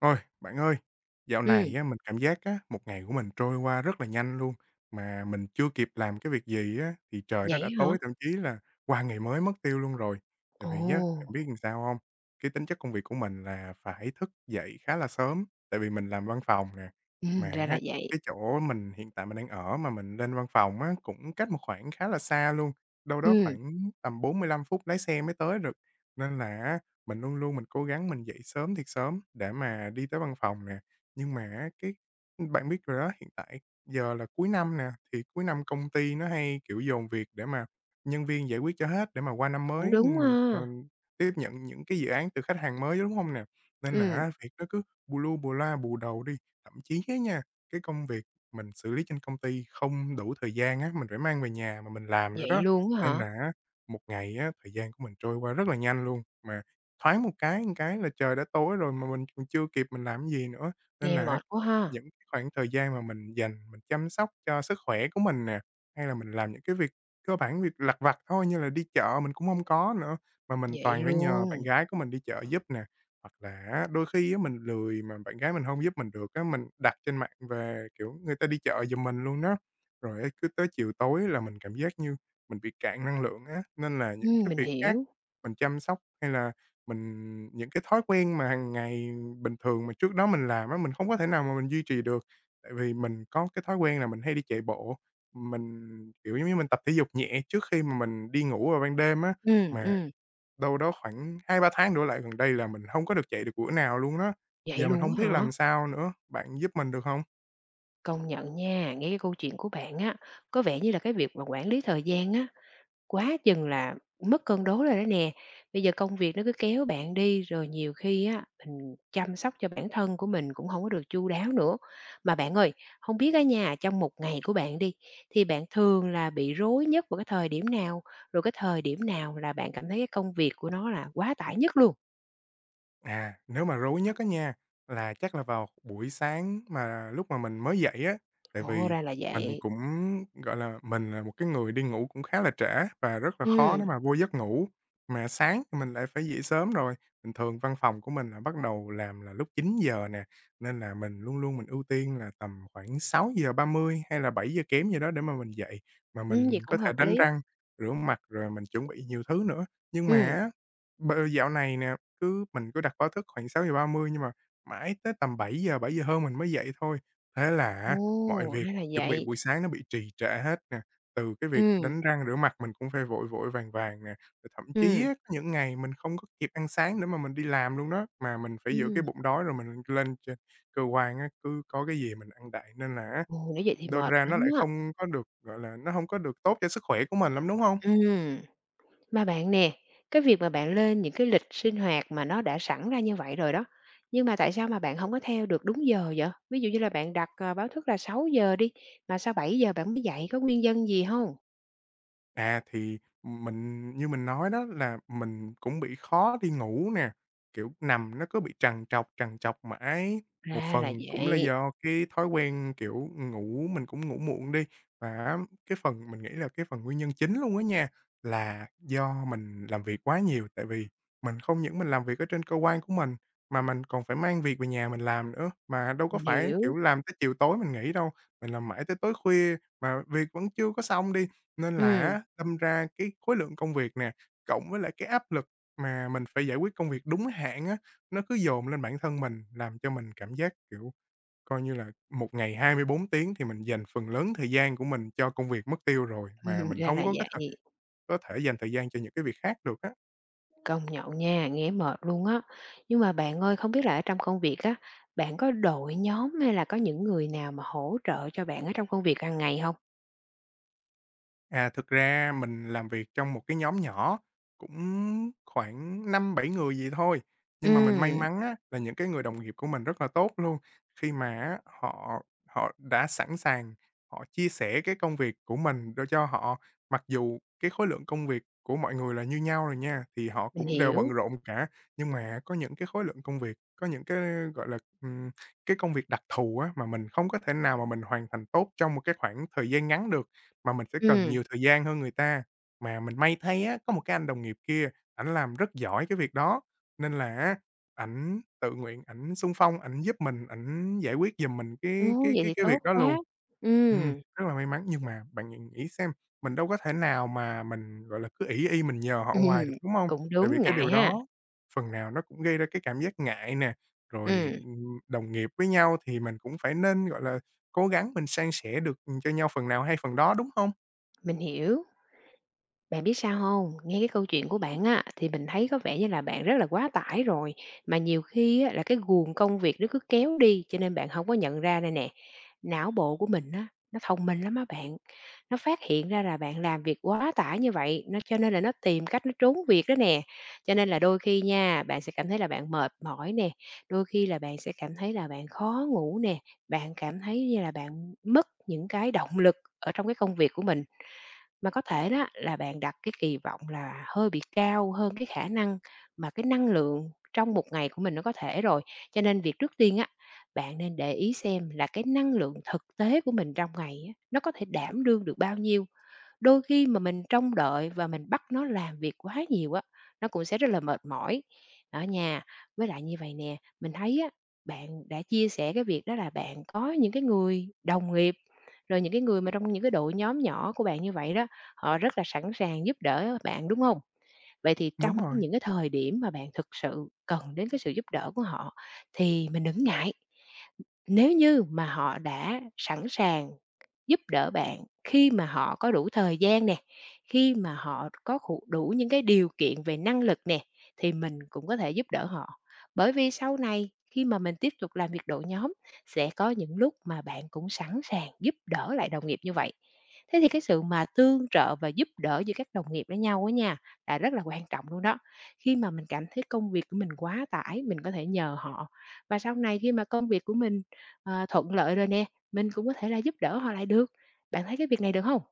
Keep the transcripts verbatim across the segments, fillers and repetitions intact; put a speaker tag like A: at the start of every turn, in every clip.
A: Ôi, bạn ơi, dạo
B: Ừm,
A: này á, mình cảm giác á, một ngày của mình trôi qua rất là nhanh luôn, mà mình chưa kịp làm cái việc gì á, thì trời nó
B: vậy
A: đã
B: hả?
A: tối, thậm chí là qua ngày mới mất tiêu luôn rồi. Tại vì á, bạn
B: Ồ,
A: biết làm sao không? Cái tính chất công việc của mình là phải thức dậy khá là sớm, tại vì mình làm văn phòng nè, mà
B: ừm, ra là
A: á,
B: vậy.
A: cái chỗ mình hiện tại mình đang ở mà mình lên văn phòng á, cũng cách một khoảng khá là xa luôn, đâu đó
B: Ừm,
A: khoảng tầm bốn mươi lăm phút lái xe mới tới được. Nên là á, mình luôn luôn mình cố gắng mình dậy sớm thiệt sớm để mà đi tới văn phòng nè, nhưng mà á cái bạn biết rồi đó, hiện tại giờ là cuối năm nè, thì cuối năm công ty nó hay, kiểu, dồn việc để mà nhân viên giải quyết cho hết để mà qua năm
B: cũng
A: mới
B: đúng
A: mình
B: ha.
A: còn tiếp nhận những cái dự án từ khách hàng mới, đúng không nè? Nên là
B: Ừm,
A: á việc nó cứ bù lu bù loa bù đầu đi, thậm chí á nha, cái công việc mình xử lý trên công ty không đủ thời gian á, mình phải mang về nhà mà mình làm nữa
B: vậy
A: đó.
B: luôn á
A: Nên
B: hả?
A: là á, một ngày á, thời gian của mình trôi qua rất là nhanh luôn, mà thoáng một cái một cái là trời đã tối rồi mà mình còn chưa kịp mình làm cái gì nữa, nên là
B: Nghe
A: á
B: mệt quá ha.
A: những cái khoảng thời gian mà mình dành mình chăm sóc cho sức khỏe của mình nè, hay là mình làm những cái việc cơ bản, việc lặt vặt thôi như là đi chợ mình cũng không có nữa, mà mình
B: Vậy
A: toàn phải nhờ bạn
B: luôn,
A: gái của mình đi chợ giúp nè. Hoặc là á, đôi khi á mình lười mà bạn gái mình không giúp mình được á, mình đặt trên mạng về, kiểu, người ta đi chợ giùm mình luôn đó. Rồi á cứ tới chiều tối là mình cảm giác như mình bị cạn năng lượng á, nên là những
B: ừm,
A: cái
B: mình
A: việc khác
B: hiểu.
A: mình chăm sóc hay là mình những cái thói quen mà hàng ngày bình thường mà trước đó mình làm á, mình không có thể nào mà mình duy trì được, tại vì mình có cái thói quen là mình hay đi chạy bộ, mình, kiểu, giống như mình tập thể dục nhẹ trước khi mà mình đi ngủ vào ban đêm á,
B: Ừm,
A: mà
B: ừm,
A: đâu đó khoảng hai ba tháng đổ lại gần đây là mình không có được chạy được bữa nào luôn đó,
B: vậy
A: giờ mình
B: luôn
A: không
B: á
A: biết
B: hả?
A: làm sao nữa, bạn giúp mình được không?
B: Công nhận nha, nghe cái câu chuyện của bạn á, có vẻ như là cái việc mà quản lý thời gian á, quá chừng là mất cân đối rồi đó nè. Bây giờ công việc nó cứ kéo bạn đi, rồi nhiều khi á, mình chăm sóc cho bản thân của mình cũng không có được chu đáo nữa. Mà bạn ơi, không biết á nhà trong một ngày của bạn đi, thì bạn thường là bị rối nhất vào cái thời điểm nào? Rồi cái thời điểm nào là bạn cảm thấy cái công việc của nó là quá tải nhất luôn?
A: À, nếu mà rối nhất á nha, là chắc là vào buổi sáng mà lúc mà mình mới dậy á, tại
B: Ồ,
A: vì
B: ra là
A: mình
B: vậy.
A: cũng, gọi là, mình là một cái người đi ngủ cũng khá là trễ và rất là khó
B: Ừ,
A: để mà vô giấc ngủ. Mà sáng thì mình lại phải dậy sớm rồi, bình thường văn phòng của mình là bắt đầu làm là lúc chín giờ nè, nên là mình luôn luôn mình ưu tiên là tầm khoảng sáu giờ ba mươi hay là bảy giờ kém gì đó để mà mình dậy, mà
B: ừm, vậy
A: mình
B: cũng
A: có thể
B: hợp
A: đánh
B: lý.
A: răng, rửa mặt rồi mình chuẩn bị nhiều thứ nữa. Nhưng mà
B: Ừ,
A: á, b dạo này nè cứ mình cứ đặt báo thức khoảng sáu giờ ba mươi nhưng mà mãi tới tầm bảy giờ bảy giờ hơn mình mới dậy thôi. Thế là
B: ồ,
A: á, mọi việc
B: ra là
A: chuẩn bị
B: vậy.
A: buổi sáng nó bị trì trệ hết nè, từ cái việc
B: Ừ,
A: đánh răng rửa mặt mình cũng phải vội vội vàng vàng nè, rồi thậm chí
B: ừ,
A: á, có những ngày mình không có kịp ăn sáng để mà mình đi làm luôn đó, mà mình phải giữ
B: ừ,
A: cái bụng đói rồi mình lên trên cơ quan á, cứ có cái gì mình ăn đại nên là á,
B: ồ, nếu vậy thì
A: đâm
B: mệt
A: ra nó
B: lắm
A: lại
B: á.
A: không có được, gọi là, nó không có được tốt cho sức khỏe của mình lắm, đúng không?
B: Ừ. Mà bạn nè, cái việc mà bạn lên những cái lịch sinh hoạt mà nó đã sẵn ra như vậy rồi đó, nhưng mà tại sao mà bạn không có theo được đúng giờ vậy? Ví dụ như là bạn đặt, ờ, báo thức là sáu giờ đi, mà sao bảy giờ bạn mới dậy, có nguyên nhân gì không?
A: À, thì mình như mình nói đó là mình cũng bị khó đi ngủ nè, kiểu, nằm nó cứ bị trằn trọc, trằn trọc mãi. Một
B: Ra là
A: phần cũng là
B: vậy,
A: do cái thói quen, kiểu, ngủ mình cũng ngủ muộn đi, và cái phần mình nghĩ là cái phần nguyên nhân chính luôn á nha, là do mình làm việc quá nhiều. Tại vì mình không những mình làm việc ở trên cơ quan của mình, mà mình còn phải mang việc về nhà mình làm nữa, mà đâu có
B: mình
A: phải,
B: hiểu.
A: kiểu, làm tới chiều tối mình nghỉ đâu. Mình làm mãi tới tối khuya mà việc vẫn chưa có xong đi, nên là
B: Ừm,
A: á, đâm ra cái khối lượng công việc nè, cộng với lại cái áp lực mà mình phải giải quyết công việc đúng hạn á, nó cứ dồn lên bản thân mình, làm cho mình cảm giác, kiểu, coi như là một ngày hai mươi bốn tiếng thì mình dành phần lớn thời gian của mình cho công việc mất tiêu rồi,
B: ừm,
A: mà mình
B: ra
A: không
B: là
A: có cái
B: vậy,
A: th có thể dành thời gian cho những cái việc khác được á.
B: công nhận nha, nghe mệt luôn á. Nhưng mà bạn ơi, không biết là ở trong công việc á, bạn có đội nhóm hay là có những người nào mà hỗ trợ cho bạn ở trong công việc hàng ngày không?
A: À, thực ra mình làm việc trong một cái nhóm nhỏ, cũng khoảng năm bảy người gì thôi, nhưng mà mình may
B: Ừm,
A: mắn á là những cái người đồng nghiệp của mình rất là tốt luôn, khi mà á họ họ đã sẵn sàng họ chia sẻ cái công việc của mình để cho họ. Mặc dù cái khối lượng công việc của mọi người là như nhau rồi nha, thì họ
B: mình
A: cũng đều bận
B: hiểu.
A: rộn cả, nhưng mà có những cái khối lượng công việc, có những cái, gọi là, ừm, cái công việc đặc thù á mà mình không có thể nào mà mình hoàn thành tốt trong một cái khoảng thời gian ngắn được mà mình sẽ cần
B: Ừm.
A: nhiều thời gian hơn người ta. Mà mình may thay á, có một cái anh đồng nghiệp kia, ảnh làm rất giỏi cái việc đó, nên là á, ảnh tự nguyện ảnh xung phong, ảnh giúp mình, ảnh giải quyết giùm mình
B: Ô,
A: cái cái
B: vậy
A: cái
B: thì
A: cái
B: tốt
A: việc đó
B: quá.
A: luôn. Ừm,
B: Ừm,
A: rất là may mắn, nhưng mà bạn nghĩ nghĩ xem, mình đâu có thể nào mà mình, gọi là, cứ ỷ y mình nhờ họ
B: ừm,
A: hoài được, đúng hông?
B: cũng
A: Tại vì
B: đúng,
A: cái
B: ngại
A: điều
B: ha.
A: đó phần nào nó cũng gây ra cái cảm giác ngại nè, rồi,
B: Ừm,
A: ừm, đồng nghiệp với nhau thì mình cũng phải nên, gọi là cố gắng mình san sẻ được, ừ, cho nhau phần nào hay phần đó, đúng không?
B: mình hiểu. Bạn biết sao không? Nghe cái câu chuyện của bạn á, thì mình thấy có vẻ như là bạn rất là quá tải rồi, mà nhiều khi á là cái guồng công việc nó cứ kéo đi, cho nên bạn không có nhận ra đây nè, não bộ của mình á, nó thông minh lắm á bạn. Nó phát hiện ra là bạn làm việc quá tải như vậy, nó cho nên là nó tìm cách nó trốn việc đó nè. Cho nên là đôi khi nha, bạn sẽ cảm thấy là bạn mệt mỏi nè, đôi khi là bạn sẽ cảm thấy là bạn khó ngủ nè, bạn cảm thấy như là bạn mất những cái động lực ở trong cái công việc của mình. Mà có thể đó là bạn đặt cái kỳ vọng là hơi bị cao hơn cái khả năng mà cái năng lượng trong một ngày của mình nó có thể rồi. Cho nên việc trước tiên á, bạn nên để ý xem là cái năng lượng thực tế của mình trong ngày á, nó có thể đảm đương được bao nhiêu. Đôi khi mà mình trông đợi và mình bắt nó làm việc quá nhiều á, nó cũng sẽ rất là mệt mỏi ở nhà. Với lại như vậy nè, mình thấy á, bạn đã chia sẻ cái việc đó là bạn có những cái người đồng nghiệp, rồi những cái người mà trong những cái đội nhóm nhỏ của bạn như vậy đó, họ rất là sẵn sàng giúp đỡ bạn, đúng không? Vậy thì
A: Đúng
B: trong cái
A: rồi.
B: những cái thời điểm mà bạn thực sự cần đến cái sự giúp đỡ của họ thì mình đừng ngại. Nếu như mà họ đã sẵn sàng giúp đỡ bạn khi mà họ có đủ thời gian nè, khi mà họ có khủ đủ những cái điều kiện về năng lực nè, thì mình cũng có thể giúp đỡ họ. Bởi vì sau này khi mà mình tiếp tục làm việc đội nhóm, sẽ có những lúc mà bạn cũng sẵn sàng giúp đỡ lại đồng nghiệp như vậy. Thế thì cái sự mà tương trợ và giúp đỡ giữa các đồng nghiệp với nhau á nha, là rất là quan trọng luôn đó. Khi mà mình cảm thấy công việc của mình quá tải, mình có thể nhờ họ. Và sau này khi mà công việc của mình, ờ, thuận lợi rồi nè, mình cũng có thể là giúp đỡ họ lại được. Bạn thấy cái việc này được không?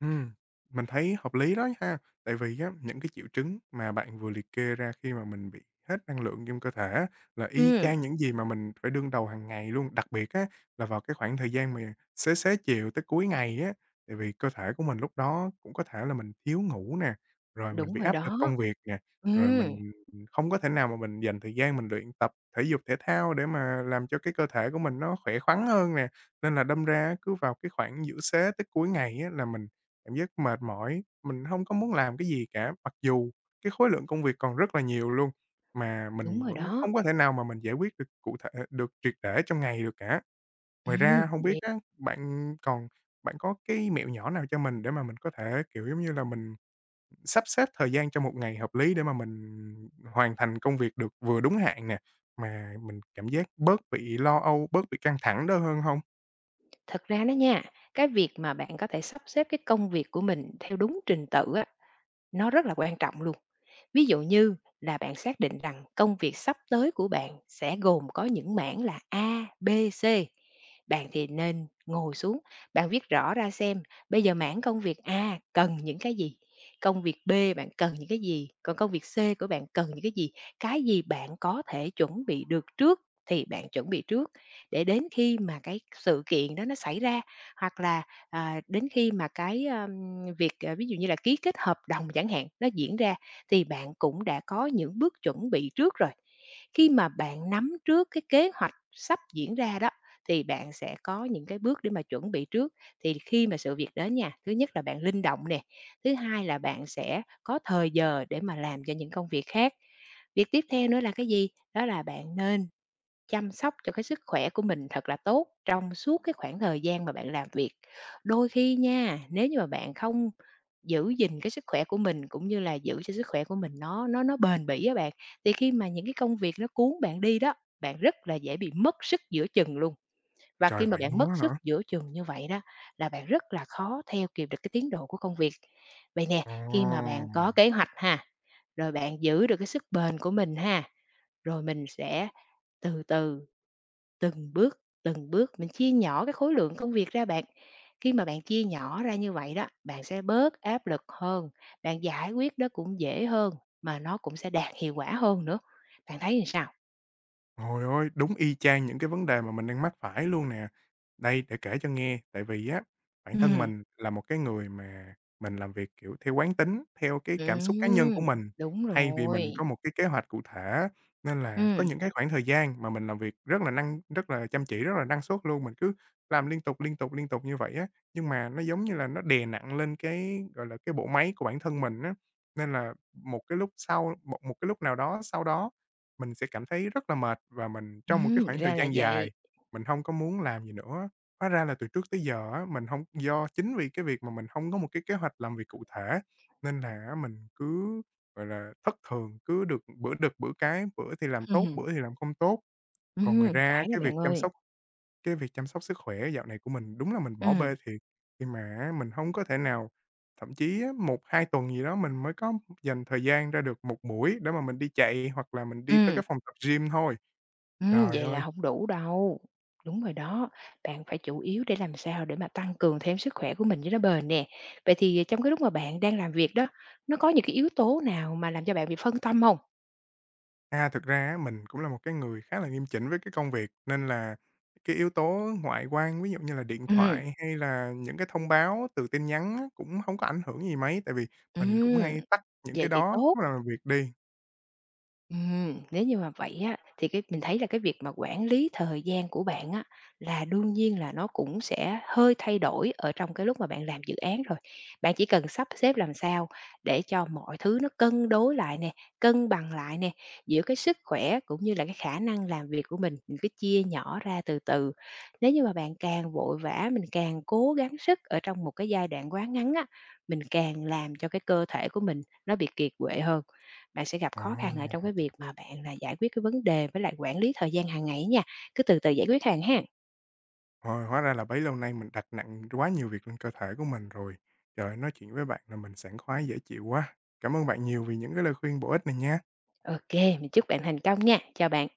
A: Ừm, mình thấy hợp lý đó ha. Tại vì á, những cái triệu chứng mà bạn vừa liệt kê ra khi mà mình bị hết năng lượng trong cơ thể á, là y
B: Ừm.
A: chang những gì mà mình phải đương đầu hàng ngày luôn. Đặc biệt á, là vào cái khoảng thời gian mà xế xế chiều tới cuối ngày á, tại vì cơ thể của mình lúc đó cũng có thể là mình thiếu ngủ nè, rồi mình
B: Đúng
A: bị
B: rồi
A: áp lực
B: đó.
A: công việc nè, rồi
B: Ừm.
A: mình không có thể nào mà mình dành thời gian mình luyện tập thể dục thể thao để mà làm cho cái cơ thể của mình nó khỏe khoắn hơn nè. Nên là đâm ra cứ vào cái khoảng giữa xế tới cuối ngày á, là mình cảm giác mệt mỏi, mình không có muốn làm cái gì cả. Mặc dù cái khối lượng công việc còn rất là nhiều luôn, mà
B: Đúng
A: mình
B: rồi
A: vẫn
B: đó.
A: không có thể nào mà mình giải quyết được cụ thể được triệt để trong ngày được cả. Ngoài ra
B: Ừm,
A: không
B: nè,
A: biết á, bạn còn bạn có cái mẹo nhỏ nào cho mình để mà mình có thể, kiểu, giống như là, mình sắp xếp thời gian cho một ngày hợp lý để mà mình hoàn thành công việc được vừa đúng hạn nè, mà mình cảm giác bớt bị lo âu, bớt bị căng thẳng đó hơn không?
B: thật ra đó nha, cái việc mà bạn có thể sắp xếp cái công việc của mình theo đúng trình tự á, nó rất là quan trọng luôn. Ví dụ như là bạn xác định rằng công việc sắp tới của bạn sẽ gồm có những mảng là A, B, C. Bạn thì nên ngồi xuống, bạn viết rõ ra xem bây giờ mảng công việc A cần những cái gì, công việc B bạn cần những cái gì, còn công việc C của bạn cần những cái gì, cái gì bạn có thể chuẩn bị được trước thì bạn chuẩn bị trước để đến khi mà cái sự kiện đó nó xảy ra hoặc là à, đến khi mà cái, ờm, việc, à, ví dụ như là ký kết hợp đồng chẳng hạn, nó diễn ra thì bạn cũng đã có những bước chuẩn bị trước rồi. Khi mà bạn nắm trước cái kế hoạch sắp diễn ra đó, thì bạn sẽ có những cái bước để mà chuẩn bị trước. Thì khi mà sự việc đến nha, thứ nhất là bạn linh động nè, thứ hai là bạn sẽ có thời giờ để mà làm cho những công việc khác. Việc tiếp theo nữa là cái gì? Đó là bạn nên chăm sóc cho cái sức khỏe của mình thật là tốt trong suốt cái khoảng thời gian mà bạn làm việc. Đôi khi nha, nếu như mà bạn không giữ gìn cái sức khỏe của mình, cũng như là giữ cho sức khỏe của mình nó nó nó bền bỉ á bạn, thì khi mà những cái công việc nó cuốn bạn đi đó, bạn rất là dễ bị mất sức giữa chừng luôn. Và
A: Trời,
B: khi mà
A: vậy
B: bạn
A: luôn
B: mất
A: á
B: sức
A: hả?
B: giữa chừng như vậy đó, là bạn rất là khó theo kịp được cái tiến độ của công việc. Vậy nè,
A: Ồ!
B: khi mà bạn có kế hoạch ha, rồi bạn giữ được cái sức bền của mình ha, rồi mình sẽ từ từ từng bước, từng bước mình chia nhỏ cái khối lượng công việc ra bạn. Khi mà bạn chia nhỏ ra như vậy đó, bạn sẽ bớt áp lực hơn, bạn giải quyết đó cũng dễ hơn, mà nó cũng sẽ đạt hiệu quả hơn nữa. Bạn thấy làm sao?
A: Ôi ôi, đúng y chang những cái vấn đề mà mình đang mắc phải luôn nè. Đây, để kể cho nghe, tại vì á, bản thân
B: Ừm.
A: mình là một cái người mà mình làm việc, kiểu, theo quán tính, theo cái cảm xúc cá nhân của
B: Ừm,
A: mình,
B: đúng
A: thay vì
B: rồi.
A: mình có một cái kế hoạch cụ thể. Nên là có
B: Ừm,
A: những cái khoảng thời gian mà mình làm việc rất là năng rất là chăm chỉ, rất là năng suất luôn, mình cứ làm liên tục, liên tục, liên tục như vậy á, nhưng mà nó giống như là nó đè nặng lên cái, gọi là, cái bộ máy của bản thân mình á. Nên là một cái lúc sau một một cái lúc nào đó sau đó mình sẽ cảm thấy rất là mệt và mình trong một
B: ừm,
A: cái khoảng thời
B: ra là
A: gian
B: vậy.
A: dài, mình không có muốn làm gì nữa. Hóa ra là từ trước tới giờ á, mình không do chính vì cái việc mà mình không có một cái kế hoạch làm việc cụ thể, nên là á mình cứ, gọi là, thất thường, cứ được bữa được bữa cái, bữa thì làm tốt,
B: Ừm,
A: bữa thì làm không tốt. Còn ngoài
B: ừm,
A: ra
B: phải đó
A: cái việc
B: bạn
A: chăm
B: ơi.
A: sóc cái việc chăm sóc sức khỏe dạo này của mình đúng là mình bỏ
B: Ừm,
A: bê thiệt, khi mà á mình hông có thể nào thậm chí á một hai tuần gì đó mình mới có dành thời gian ra được một buổi để mà mình đi chạy hoặc là mình đi tới
B: ừm.
A: cái phòng tập gym thôi.
B: Ừm,
A: Trời
B: vậy là
A: ơi!
B: không đủ đâu. Đúng rồi đó, bạn phải chủ yếu để làm sao để mà tăng cường thêm sức khỏe của mình cho nó bền nè. Vậy thì ờ, trong cái lúc mà bạn đang làm việc đó, nó có những cái yếu tố nào mà làm cho bạn bị phân tâm không?
A: À, thực ra á mình cũng là một cái người khá là nghiêm chỉnh với cái công việc, nên là cái yếu tố ngoại quan, ví dụ như là điện
B: Ừm,
A: thoại hay là những cái thông báo từ tin nhắn á, cũng hông có ảnh hưởng gì mấy, tại vì mình cũng
B: ừm,
A: hay tắt những
B: vậy
A: cái
B: thì
A: đó
B: tốt.
A: lúc nào làm việc đi.
B: Ừm, nếu như mà vậy á, thì cái mình thấy là cái việc mà quản lý thời gian của bạn á, là đương nhiên là nó cũng sẽ hơi thay đổi ở trong cái lúc mà bạn làm dự án rồi. Bạn chỉ cần sắp xếp làm sao để cho mọi thứ nó cân đối lại nè, cân bằng lại nè, giữa cái sức khỏe cũng như là cái khả năng làm việc của mình, mình cứ chia nhỏ ra từ từ. Nếu như mà bạn càng vội vã, mình càng cố gắng sức ở trong một cái giai đoạn quá ngắn á, mình càng làm cho cái cơ thể của mình nó bị kiệt quệ hơn. Bạn sẽ gặp
A: Ờ.
B: khó khăn ở trong cái việc mà bạn là giải quyết cái vấn đề với lại quản lý thời gian hàng ngày nha. Cứ từ từ giải quyết hàng ha.
A: Ờ, hóa ra là bấy lâu nay mình đặt nặng quá nhiều việc lên cơ thể của mình rồi. Trời ơi, nói chuyện với bạn là mình sảng khoái dễ chịu quá. Cảm ơn bạn nhiều vì những cái lời khuyên bổ ích này nha.
B: OK, mình chúc bạn thành công nha. Chào bạn.